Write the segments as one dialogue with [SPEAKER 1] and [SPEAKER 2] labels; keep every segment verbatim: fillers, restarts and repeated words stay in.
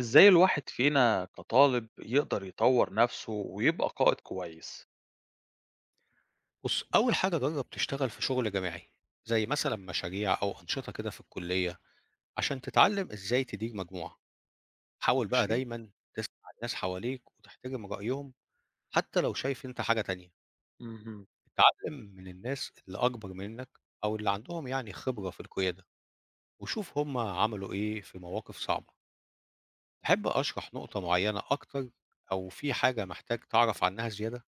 [SPEAKER 1] إزاي الواحد فينا كطالب يقدر يطور نفسه ويبقى قائد كويس؟
[SPEAKER 2] بُص، أول حاجة جرّب تشتغل في شغل جماعي، زي مثلًا مشاريع أو أنشطة كده في الكلية، عشان تتعلم إزاي تدير مجموعة. حاول بقى
[SPEAKER 1] ماشي؟
[SPEAKER 2] دايمًا تسمع الناس حواليك وتحترم رأيهم حتى لو شايف أنت حاجة تانية.
[SPEAKER 1] اهم.
[SPEAKER 2] اتعلم من الناس اللي أكبر منك أو اللي عندهم يعني خبرة في القيادة، وشوف هم عملوا إيه في مواقف صعبة. تحب أشرح نقطة معينة أكتر أو في حاجة محتاج تعرف عنها زيادة؟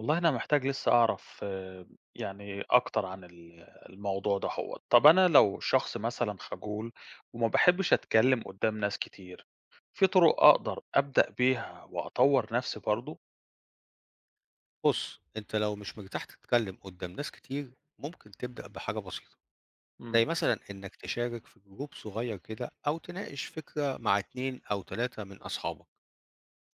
[SPEAKER 1] والله أنا محتاج لسه أعرف آآ، يعني أكتر عن ال الموضوع دهوّة. طب أنا لو شخص مثلًا خجول وما باحبش أتكلم قدّام ناس كتير، في طرق أقدر أبدأ بيها وأطور نفسي برضه؟
[SPEAKER 2] بُص، أنت لو مش مرتاح تتكلم قدّام ناس كتير، ممكن تبدأ بحاجة بسيطة. زي
[SPEAKER 1] إمم.
[SPEAKER 2] مثلًا إنك تشارك في جروب صغير كده أو تناقش فكرة مع اتنين أو تلاتة من أصحابك،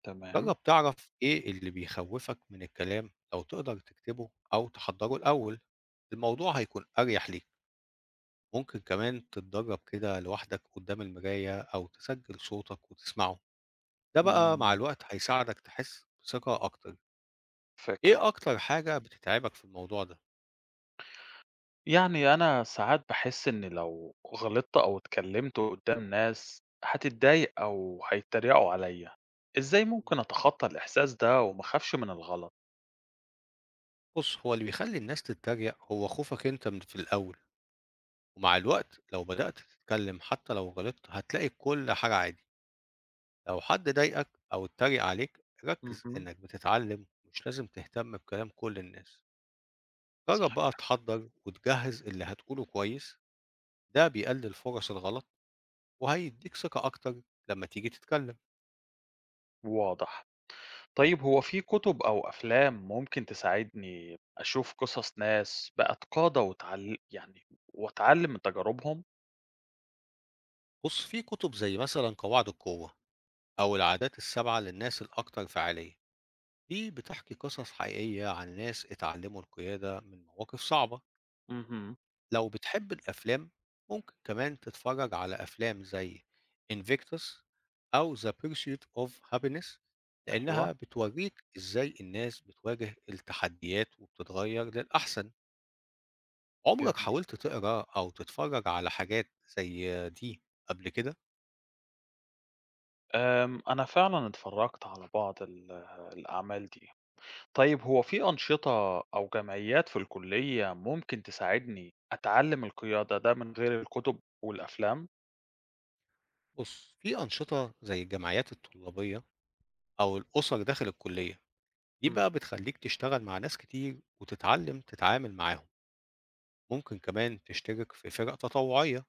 [SPEAKER 1] تمام.
[SPEAKER 2] جرّب تعرف إيه اللي بيخوّفك من الكلام لو تقدر تكتبه أو تحضّره الأول، الموضوع هيكون أريح ليك، ممكن كمان تتدرّب كده لوحدك قدّام المراية أو تسجّل صوتك وتسمعه، ده بقى مع
[SPEAKER 1] إمم.
[SPEAKER 2] الوقت هيساعدك تحس بثقة أكتر. إيه
[SPEAKER 1] فكرة.
[SPEAKER 2] أكتر حاجة بتتعبك في الموضوع ده؟
[SPEAKER 1] يعني أنا ساعات باحس إن لو غلطت أو اتكلمت قدّام ناس هتتضايق أو هيتريقوا عليّا، إزاي
[SPEAKER 2] إمم.
[SPEAKER 1] ممكن أتخطى الإحساس ده وما أخافش من الغلط؟
[SPEAKER 2] بُص، هو اللي بيخلّي الناس تتريق هو خوفك أنت من في الأول. ومع الوقت لو بدأت تتكلم حتى لو غلطت هتلاقي كل حاجة عادي. لو حد ضايقك أو اتريق عليك ركز
[SPEAKER 1] اهم.
[SPEAKER 2] إنك بتتعلم، مش لازم تهتم بكلام كل الناس. جرب
[SPEAKER 1] صحيح.
[SPEAKER 2] بقى تحضر وتجهز اللي هتقوله كويس، ده بيقلل فرص الغلط وهيديك ثقة أكتر لما تيجي تتكلم.
[SPEAKER 1] واضح. طيب هو في كُتب أو أفلام ممكن تساعدني أشوف قصص ناس بقت قادة واتعل يعني وأتعلم من تجاربهم؟
[SPEAKER 2] بص، في كتب زي مثلا قواعد القوة أو العادات السبعة للناس الأكثر فعالية، دي بتحكي قصص حقيقية عن ناس اتعلموا القيادة من مواقف صعبة.
[SPEAKER 1] اهم.
[SPEAKER 2] لو بتحب الأفلام، ممكن كمان تتفرج على أفلام زي Invictus أو The Pursuit of Happiness،
[SPEAKER 1] أيوه.
[SPEAKER 2] لأنها بتوريك إزاي الناس بتواجه التحديات وبتتغير للأحسن. عمرك
[SPEAKER 1] جميل.
[SPEAKER 2] حاولت تقرأ أو تتفرج على حاجات زي دي قبل كده؟
[SPEAKER 1] آمم، أنا فعلًا اتفرّجت على بعض ال الأعمال دي. طيب هو في أنشطة أو جمعيات في الكلية ممكن تساعدني أتعلم القيادة ده من غير الكتب والأفلام؟
[SPEAKER 2] بص، في أنشطة زي الجمعيات الطلابية أو الأسر داخل الكلية، دي
[SPEAKER 1] إمم.
[SPEAKER 2] بقى بتخليك تشتغل مع ناس كتير وتتعلم تتعامل معاهم. ممكن كمان تشترك في فرق تطوعية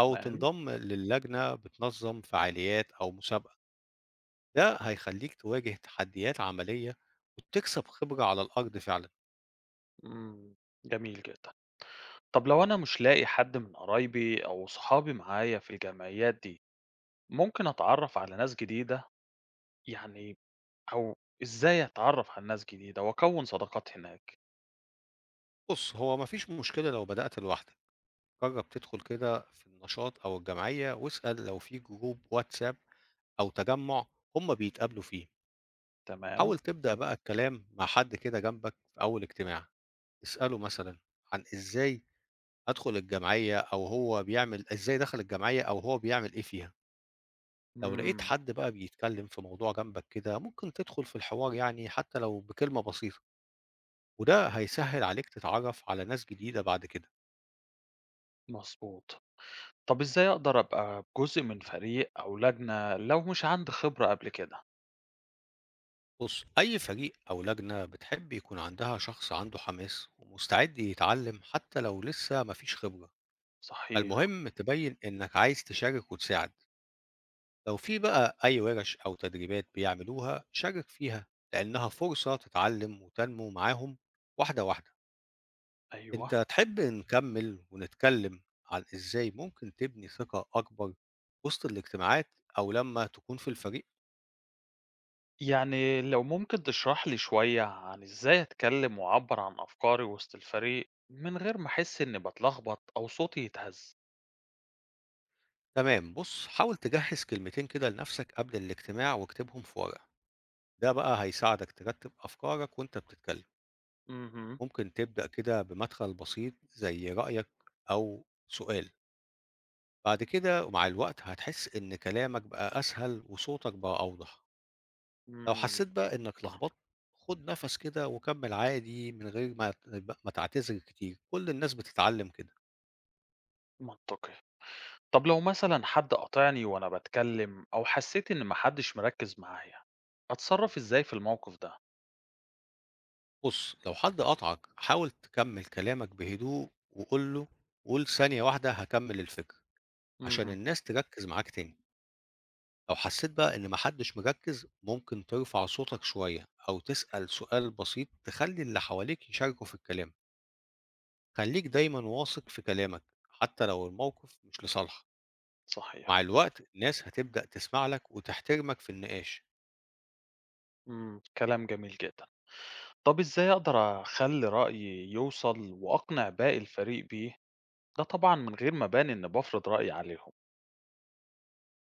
[SPEAKER 2] أو تنضم للجنة بتنظم فعاليات أو مسابقة، ده هيخليك تواجه تحديات عملية وتكسب خبرة على الأرض فعلا.
[SPEAKER 1] إمم. جميل جدًا. طب لو أنا مش لاقي حد من قرايبي أو صحابي معايا في الجمعيات دي، ممكن أتعرف على ناس جديدة؟ يعني أو إزاي أتعرف على ناس جديدة وأكوّن صداقات هناك؟
[SPEAKER 2] بص، هو مفيش مشكلة لو بدأت لوحدك. جرب تدخل كده في النشاط أو الجمعية واسأل لو في جروب واتساب أو تجمع هما بيتقابلوا فيه. حاول
[SPEAKER 1] تمام.
[SPEAKER 2] تبدأ بقى الكلام مع حد كده جنبك في أول اجتماع، اسأله مثلا عن إزاي أدخل الجمعية أو هو بيعمل إزاي دخل الجمعية أو هو بيعمل إيه فيها. لو لقيت
[SPEAKER 1] إمم.
[SPEAKER 2] حد بقى بيتكلم في موضوع جنبك كده ممكن تدخل في الحوار يعني حتى لو بكلمة بسيطة، وده هيسهل عليك تتعرف على ناس جديدة بعد كده.
[SPEAKER 1] مضبوط. طب إزاي أقدر أبقى جزء من فريق أو لجنة لو مش عندي خبرة قبل كده؟
[SPEAKER 2] بص، أي فريق أو لجنة بتحب يكون عندها شخص عنده حماس ومستعد يتعلم حتى لو لسه مفيش خبرة.
[SPEAKER 1] صحيح.
[SPEAKER 2] المهم تبين إنك عايز تشارك وتساعد. لو في بقى أي ورش أو تدريبات بيعملوها شارك فيها، لأنها فرصة تتعلم وتنمو معاهم واحدة واحدة.
[SPEAKER 1] أيوه.
[SPEAKER 2] أنت تحب نكمّل ونتكلّم عن إزاي ممكن تبني ثقة أكبر وسط الاجتماعات أو لمّا تكون في الفريق؟
[SPEAKER 1] يعني لو ممكن تشرح لي شوية عن إزاي أتكلم وأعبّر عن أفكاري وسط الفريق من غير ما أحس إني باتلخبط أو صوتي يتهز؟
[SPEAKER 2] تمام، بُص، حاول تجهّز كلمتين كده لنفسك قبل الاجتماع واكتبهم في ورقة، ده بقى هيساعدك ترتّب أفكارك وأنت بتتكلّم.
[SPEAKER 1] اهم.
[SPEAKER 2] ممكن تبدأ كده بمدخل بسيط زي رأيك أو سؤال، بعد كده ومع الوقت هتحس إن كلامك بقى أسهل وصوتك بقى أوضح. لو
[SPEAKER 1] إمم.
[SPEAKER 2] حسيت بقى إنك لخبطت، خُد نَفَس كده وكمّل عادي من غير ما ت ما تعتذر كتير، كل الناس بتتعلّم كده.
[SPEAKER 1] منطقي. طب لو مثلًا حد قاطعني وأنا باتكلم أو حسيت إن ما حدش مركّز معايا،
[SPEAKER 2] إمم.
[SPEAKER 1] أتصرّف إزاي في الموقف ده؟
[SPEAKER 2] بُص، لو حد قاطعك حاول تكمّل كلامك بهدوء وقُل له قُل ثانية واحدة هاكمّل الفكرة، عشان إمم.
[SPEAKER 1] اهم.
[SPEAKER 2] الناس تركّز معاك تاني. لو حسيت بقى إن ما حدش مركّز، ممكن ترفع صوتك شوية أو تسأل سؤال بسيط تخلّي اللي حواليك يشاركوا في الكلام. خلّيك دايمًا واثق في كلامك، حتى لو الموقف مش لصالحك. مع
[SPEAKER 1] صحيح.
[SPEAKER 2] الوقت الناس هتبدأ تسمع لك وتحترمك في النقاش.
[SPEAKER 1] إمم، كلام جميل جدًا. طب إزاي أقدر أخلّي رأيي يوصل وأقنع باقي الفريق بيه، ده طبعًا من غير ما أبان إني بافرض رأيي عليهم؟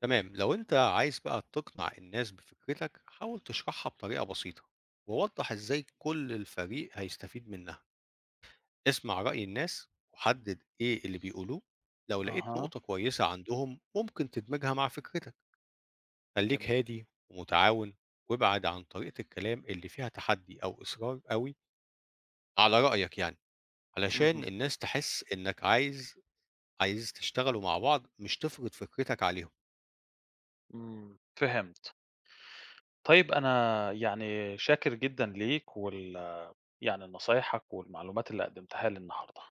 [SPEAKER 2] تمام، لو انت عايز بقى تقنع الناس بفكرتك حاول تشرحها بطريقة بسيطة ووضح ازاي كل الفريق هيستفيد منها. اسمع رأي الناس وحدد ايه اللي بيقولوه، لو لقيت
[SPEAKER 1] أها.
[SPEAKER 2] نقطة كويسة عندهم ممكن تدمجها مع فكرتك. خليك
[SPEAKER 1] جميل.
[SPEAKER 2] هادي ومتعاون، وابعد عن طريقة الكلام اللي فيها تحدي او اصرار قوي على رأيك يعني، علشان
[SPEAKER 1] اهم.
[SPEAKER 2] الناس تحس انك عايز عايز تشتغلوا مع بعض مش تفرض فكرتك عليهم.
[SPEAKER 1] إمم، فهمت. طيب أنا يعني شاكر جدًا ليك وال يعني لنصايحك والمعلومات اللي قدّمتها لي النهارده.